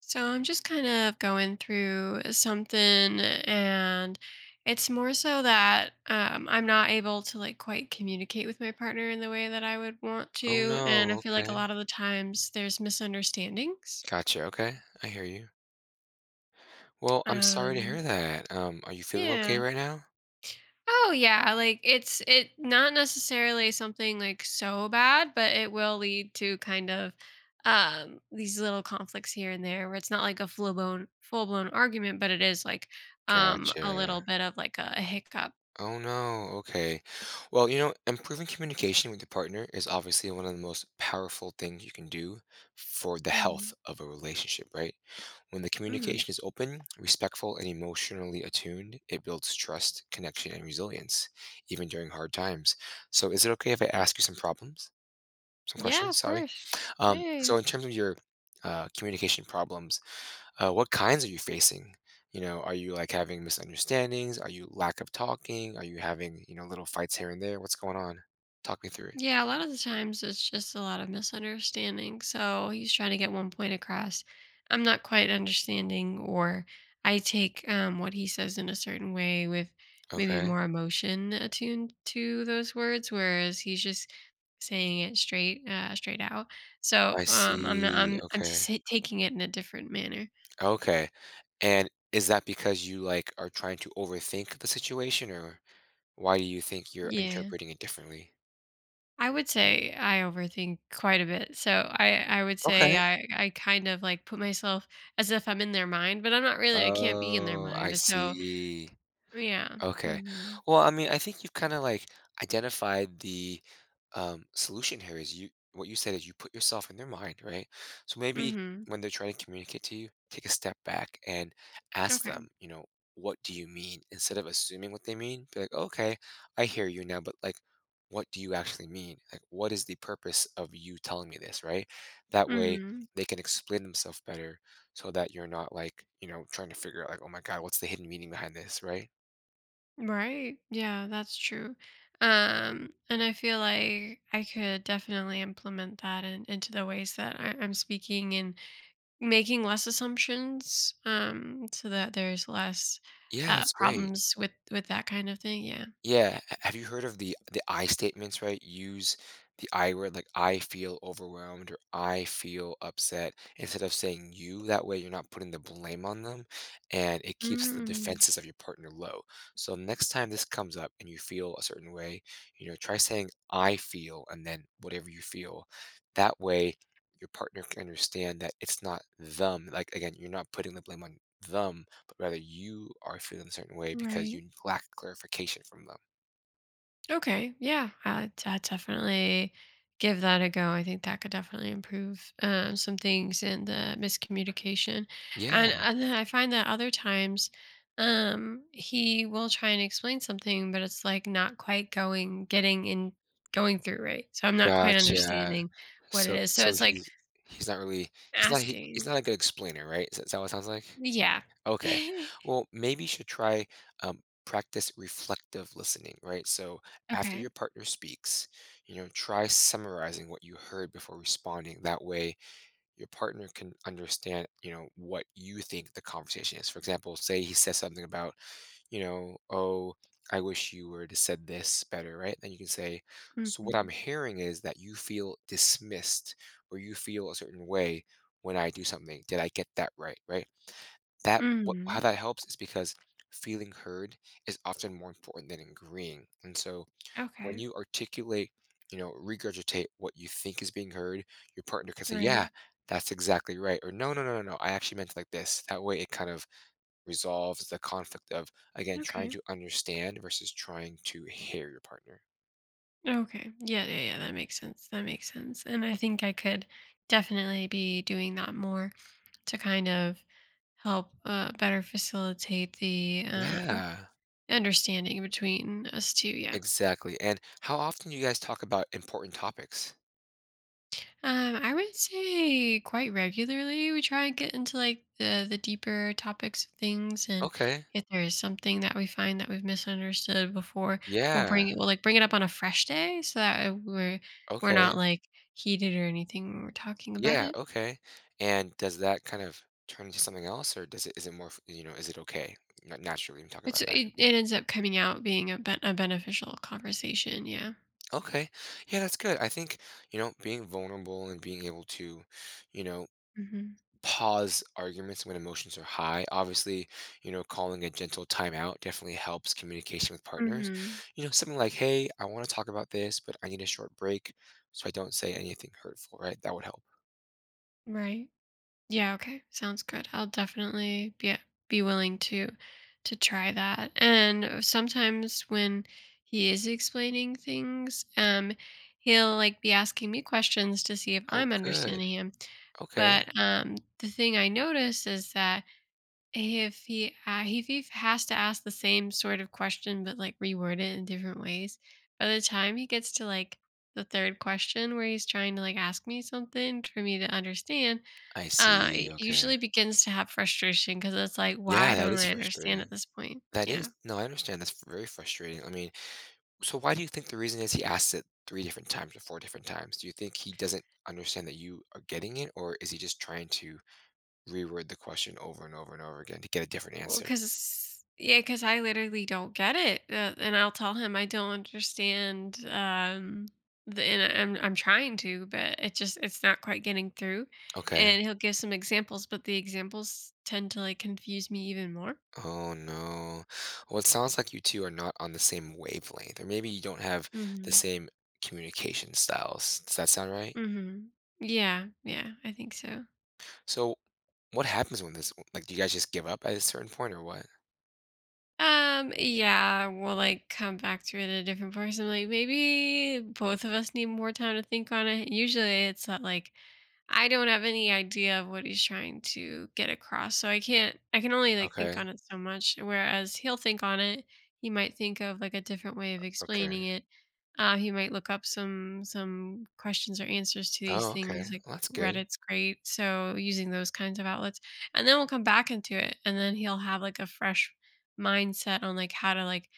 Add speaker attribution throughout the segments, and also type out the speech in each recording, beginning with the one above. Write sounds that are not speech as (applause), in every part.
Speaker 1: So I'm just kind of going through something, and it's more so that I'm not able to like quite communicate with my partner in the way that I would want
Speaker 2: Oh
Speaker 1: to, and
Speaker 2: no,
Speaker 1: I feel like a
Speaker 2: okay.
Speaker 1: lot of the times there's misunderstandings.
Speaker 2: Gotcha, okay. I hear you. Well, I'm sorry to hear
Speaker 1: Um,
Speaker 2: that. Are you feeling okay
Speaker 1: yeah.
Speaker 2: right now?
Speaker 1: Oh yeah, like it's it not necessarily something like so bad, but it will lead to kind of these little conflicts here and there where it's not like a full blown argument, but it is like a
Speaker 2: Gotcha.
Speaker 1: little bit of like a hiccup.
Speaker 2: Oh no, okay. Well, you know, improving communication with your partner is obviously one of the most powerful things you can do for the health
Speaker 1: Hmm.
Speaker 2: of a relationship, right? When the
Speaker 1: Hmm.
Speaker 2: communication is open, respectful, and emotionally attuned, it builds trust, connection, and resilience, even during hard times. So, is it okay if I ask you some problems? Some
Speaker 1: Yeah,
Speaker 2: questions?
Speaker 1: of
Speaker 2: Sorry.
Speaker 1: course. Yeah,
Speaker 2: Um,
Speaker 1: yeah, yeah.
Speaker 2: so in terms of your communication problems, what kinds are you facing? You know, are you like having misunderstandings? Are you lack of talking? Are you having, you know, little fights here and there? What's going on? Talk me through it.
Speaker 1: Yeah, a lot of the times it's just a lot of misunderstanding. So he's trying to get one point across. I'm not quite understanding, or I take what he says in a certain way with maybe
Speaker 2: Okay.
Speaker 1: more emotion attuned to those words, whereas he's just saying it straight out. So
Speaker 2: I
Speaker 1: um, I'm not.
Speaker 2: see.
Speaker 1: I'm (laughs)
Speaker 2: Okay.
Speaker 1: just taking it in a different manner.
Speaker 2: Okay. And is that because you like are trying to overthink the situation, or why do you think you're
Speaker 1: Yeah.
Speaker 2: interpreting it differently?
Speaker 1: I would say I overthink quite a bit. So I would
Speaker 2: Okay.
Speaker 1: say I kind of like put myself as if I'm in their mind, but I'm not really. I can't be in their
Speaker 2: Oh, I
Speaker 1: mind. So
Speaker 2: see.
Speaker 1: yeah.
Speaker 2: Okay.
Speaker 1: Hmm.
Speaker 2: Well, I mean, I think you've kind of like identified the solution here is you what you said is you put yourself in their mind, right? So maybe
Speaker 1: Hmm.
Speaker 2: when they're trying to communicate to you, take a step back and ask them,
Speaker 1: Okay.
Speaker 2: you know, what do you mean? Instead of assuming what they mean, be like, okay, I hear you now, but like, what do you actually mean? Like, what is the purpose of you telling me this, right? That way
Speaker 1: Hmm.
Speaker 2: they can explain themselves better so that you're not like, you know, trying to figure out like, oh my God, what's the hidden meaning behind this, right?
Speaker 1: Right. Yeah, that's true. And I feel like I could definitely implement that into the ways that I'm speaking and making less assumptions, so that there's less
Speaker 2: Yeah, that's great.
Speaker 1: problems with that kind of thing. Yeah.
Speaker 2: Yeah, have you heard of the I statements, right? Use the I word like I feel overwhelmed or I feel upset instead of saying you. That way you're not putting the blame on them, and it keeps the
Speaker 1: Mm.
Speaker 2: defenses of your partner low. So next time this comes up and you feel a certain way, you know, try saying I feel and then whatever you feel. That way your partner can understand that it's not them. Like again, you're not putting the blame on them but rather you are feeling a certain way because
Speaker 1: Right.
Speaker 2: you lack clarification from them.
Speaker 1: Okay. Yeah. I definitely give that a go. I think that could definitely improve some things in the miscommunication,
Speaker 2: Yeah,
Speaker 1: and then I find that other times, he will try and explain something, but it's like not quite going through right. So I'm not quite
Speaker 2: gotcha.
Speaker 1: understanding what it
Speaker 2: So
Speaker 1: is. So
Speaker 2: so
Speaker 1: it's like
Speaker 2: he's not really he's not he, he's
Speaker 1: asking.
Speaker 2: not a good explainer, right? Is that what it sounds like?
Speaker 1: Yeah.
Speaker 2: Okay.
Speaker 1: (laughs)
Speaker 2: Well, maybe you should try practice reflective listening, right? So after your
Speaker 1: Okay.
Speaker 2: partner speaks, you know, try summarizing what you heard before responding. That way, your partner can understand, you know, what you think the conversation is. For example, say he says something about you know, oh, I wish you were to said this better, right? Then you can say, so what I'm
Speaker 1: Hmm.
Speaker 2: hearing is that you feel dismissed or you feel a certain way when I do something. Did I get that right? Right? That what how
Speaker 1: Hmm.
Speaker 2: that helps is because feeling heard is often more important than agreeing. And so when
Speaker 1: Okay.
Speaker 2: you articulate, you know, regurgitate what you think is being heard, your partner can say,
Speaker 1: Right.
Speaker 2: yeah, that's exactly right. Or no, no, no, no, no, I actually meant it like this. That way it kind of resolves the conflict of, again, trying
Speaker 1: Okay.
Speaker 2: to understand versus trying to hear your partner.
Speaker 1: Okay. Yeah, yeah, yeah. That makes sense. That makes sense. And I think I could definitely be doing that more to kind of help better facilitate the
Speaker 2: Yeah,
Speaker 1: understanding between us two. Yeah.
Speaker 2: exactly. And how often do you guys talk about important topics?
Speaker 1: I would say quite regularly we try and get into like the deeper topics of things, and
Speaker 2: Okay.
Speaker 1: if there is something that we find that we've misunderstood before,
Speaker 2: Yeah.
Speaker 1: we'll like bring it up on a fresh day so that we're
Speaker 2: Okay.
Speaker 1: not like heated or anything when we're talking about
Speaker 2: Yeah.
Speaker 1: it.
Speaker 2: Okay. And does that kind of turn into something else, or does it is it more you know is it okay naturally we talk
Speaker 1: It's
Speaker 2: about that?
Speaker 1: it, it ends up coming out being a beneficial conversation. Yeah.
Speaker 2: Okay. Yeah, that's good. I think you know being vulnerable and being able to, you know,
Speaker 1: Hmm.
Speaker 2: pause arguments when emotions are high. Obviously, you know, calling a gentle timeout definitely helps communication with partners.
Speaker 1: Hmm.
Speaker 2: You know, something like, hey, I want to talk about this, but I need a short break so I don't say anything hurtful, right? That would help.
Speaker 1: Right. Yeah. Okay. Sounds good. I'll definitely be willing to try that. And sometimes when he is explaining things, he'll like be asking me questions to see if
Speaker 2: Oh,
Speaker 1: I'm
Speaker 2: good.
Speaker 1: understanding him.
Speaker 2: Okay.
Speaker 1: But the thing I notice is that if he has to ask the same sort of question but like reword it in different ways, by the time he gets to like the third question where he's trying to like ask me something for me to understand,
Speaker 2: I see.
Speaker 1: it
Speaker 2: Okay.
Speaker 1: usually begins to have frustration because it's like, why
Speaker 2: Yeah, that
Speaker 1: don't
Speaker 2: is
Speaker 1: I understand at
Speaker 2: frustrating.
Speaker 1: this point?
Speaker 2: That is,
Speaker 1: Yeah.
Speaker 2: no, I understand. That's very frustrating. I mean, so why do you think the reason is he asked it three different times or four different times? Do you think he doesn't understand that you are getting it, or is he just trying to reword the question over and over and over again to get a different
Speaker 1: Well,
Speaker 2: answer?
Speaker 1: because I literally don't get it, and I'll tell him I don't understand. And I'm trying to, but it's not quite getting through.
Speaker 2: Okay.
Speaker 1: And he'll give some examples, but the examples tend to like confuse me even more.
Speaker 2: Oh no. Well, it sounds like you two are not on the same wavelength, or maybe you don't have the
Speaker 1: Mm-hmm.
Speaker 2: same communication styles. Does that sound right?
Speaker 1: Mm-hmm. Yeah, yeah, I think so.
Speaker 2: So, what happens when this? Like, do you guys just give up at a certain point, or what?
Speaker 1: Yeah, we'll like come back to it at a different point. I'm like, maybe both of us need more time to think on it. Usually it's not like I don't have any idea of what he's trying to get across, so I can't I can only, like, think
Speaker 2: Okay.
Speaker 1: on it so much, whereas he'll think on it. He might think of, like, a different way of
Speaker 2: Okay.
Speaker 1: explaining it. He might look up some questions or answers to these
Speaker 2: Oh, okay.
Speaker 1: things, like,
Speaker 2: Well, that's good.
Speaker 1: Reddit's great, so using those kinds of outlets, and then we'll come back into it, and then he'll have, like, a fresh mindset on, like, how to, like,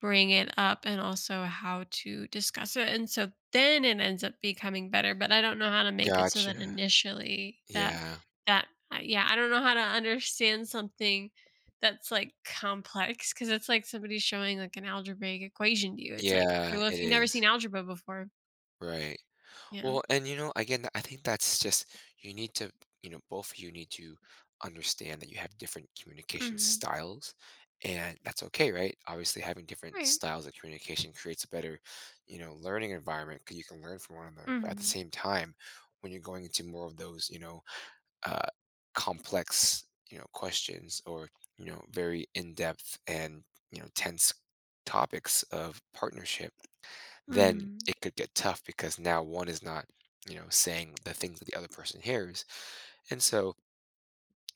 Speaker 1: bring it up and also how to discuss it. And so then it ends up becoming better, but I don't know how to make it so that
Speaker 2: Gotcha.
Speaker 1: initially
Speaker 2: Yeah.
Speaker 1: yeah, I don't know how to understand something that's like complex, because it's like somebody showing like an algebraic equation to you. It's like, okay,
Speaker 2: Yeah,
Speaker 1: well,
Speaker 2: it
Speaker 1: if you've never seen
Speaker 2: is.
Speaker 1: algebra before,
Speaker 2: Right.
Speaker 1: yeah.
Speaker 2: Well, and you know, again, I think that's just you need to, you know, both of you need to understand that you have different communication
Speaker 1: Hmm.
Speaker 2: styles, and that's okay, right? Obviously, having different
Speaker 1: Right.
Speaker 2: styles of communication creates a better, you know, learning environment because you can learn from one another. But at the
Speaker 1: Hmm.
Speaker 2: same time, when you're going into more of those, you know, uh, complex, you know, questions or you know, very in depth and you know, tense topics of partnership then
Speaker 1: Hmm.
Speaker 2: it could get tough because now one is not, you know, saying the things that the other person hears. And so,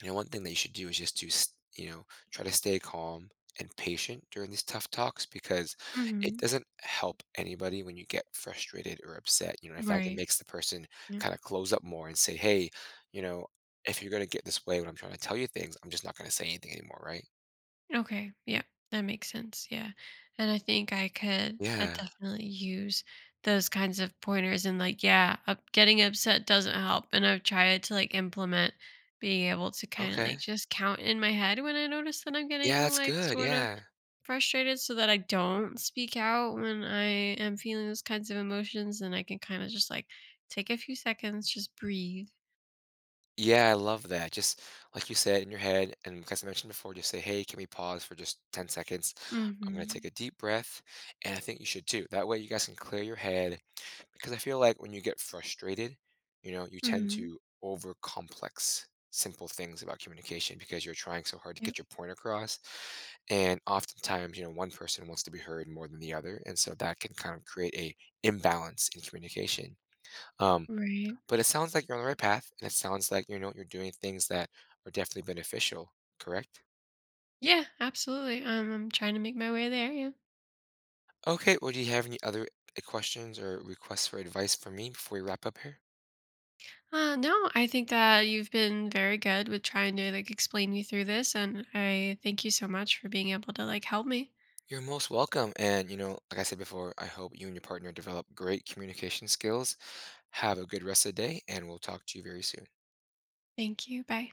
Speaker 2: you know, one thing that you should do is just to, you know, try to stay calm and patient during these tough talks because it
Speaker 1: Hmm.
Speaker 2: doesn't help anybody when you get frustrated or upset. You know, in fact, it
Speaker 1: Right.
Speaker 2: makes the person
Speaker 1: Yeah.
Speaker 2: kind of close up more and say, hey, you know, if you're going to get this way when I'm trying to tell you things, I'm just not going to say anything anymore, right?
Speaker 1: Okay. Yeah. That makes sense. Yeah. And I think I
Speaker 2: Yeah.
Speaker 1: definitely use those kinds of pointers, and like yeah, getting upset doesn't help, and I've tried to like implement being able to kind of
Speaker 2: Okay.
Speaker 1: like just count in my head when I notice that I'm
Speaker 2: Yeah,
Speaker 1: getting
Speaker 2: that's
Speaker 1: like
Speaker 2: good.
Speaker 1: sort of
Speaker 2: Yeah.
Speaker 1: frustrated, so that I don't speak out when I am feeling those kinds of emotions, and I can kind of just like take a few seconds, just breathe.
Speaker 2: Yeah, I love that. Just like you said in your head, and because I mentioned before, just say, hey, can we pause for just 10 seconds? I'm going to take
Speaker 1: Mhm.
Speaker 2: a deep breath. And I think you should too. That way you guys can clear your head. Because I feel like when you get frustrated, you know, you tend
Speaker 1: Mhm.
Speaker 2: to over complex simple things about communication because you're trying so hard to
Speaker 1: Yep.
Speaker 2: get your point across. And oftentimes, you know, one person wants to be heard more than the other. And so that can kind of create a imbalance in communication. Um,
Speaker 1: Right.
Speaker 2: but it sounds like you're on the right path, and it sounds like you know you're doing things that are definitely beneficial, correct?
Speaker 1: Yeah, absolutely. I'm trying to make my way there. Yeah.
Speaker 2: Okay, well, do you have any other questions or requests for advice from me before we wrap up here?
Speaker 1: No, I think that you've been very good with trying to like explain me through this, and I thank you so much for being able to like help me.
Speaker 2: You're most welcome. And, you know, like I said before, I hope you and your partner develop great communication skills. Have a good rest of the day, and we'll talk to you very soon.
Speaker 1: Thank you. Bye.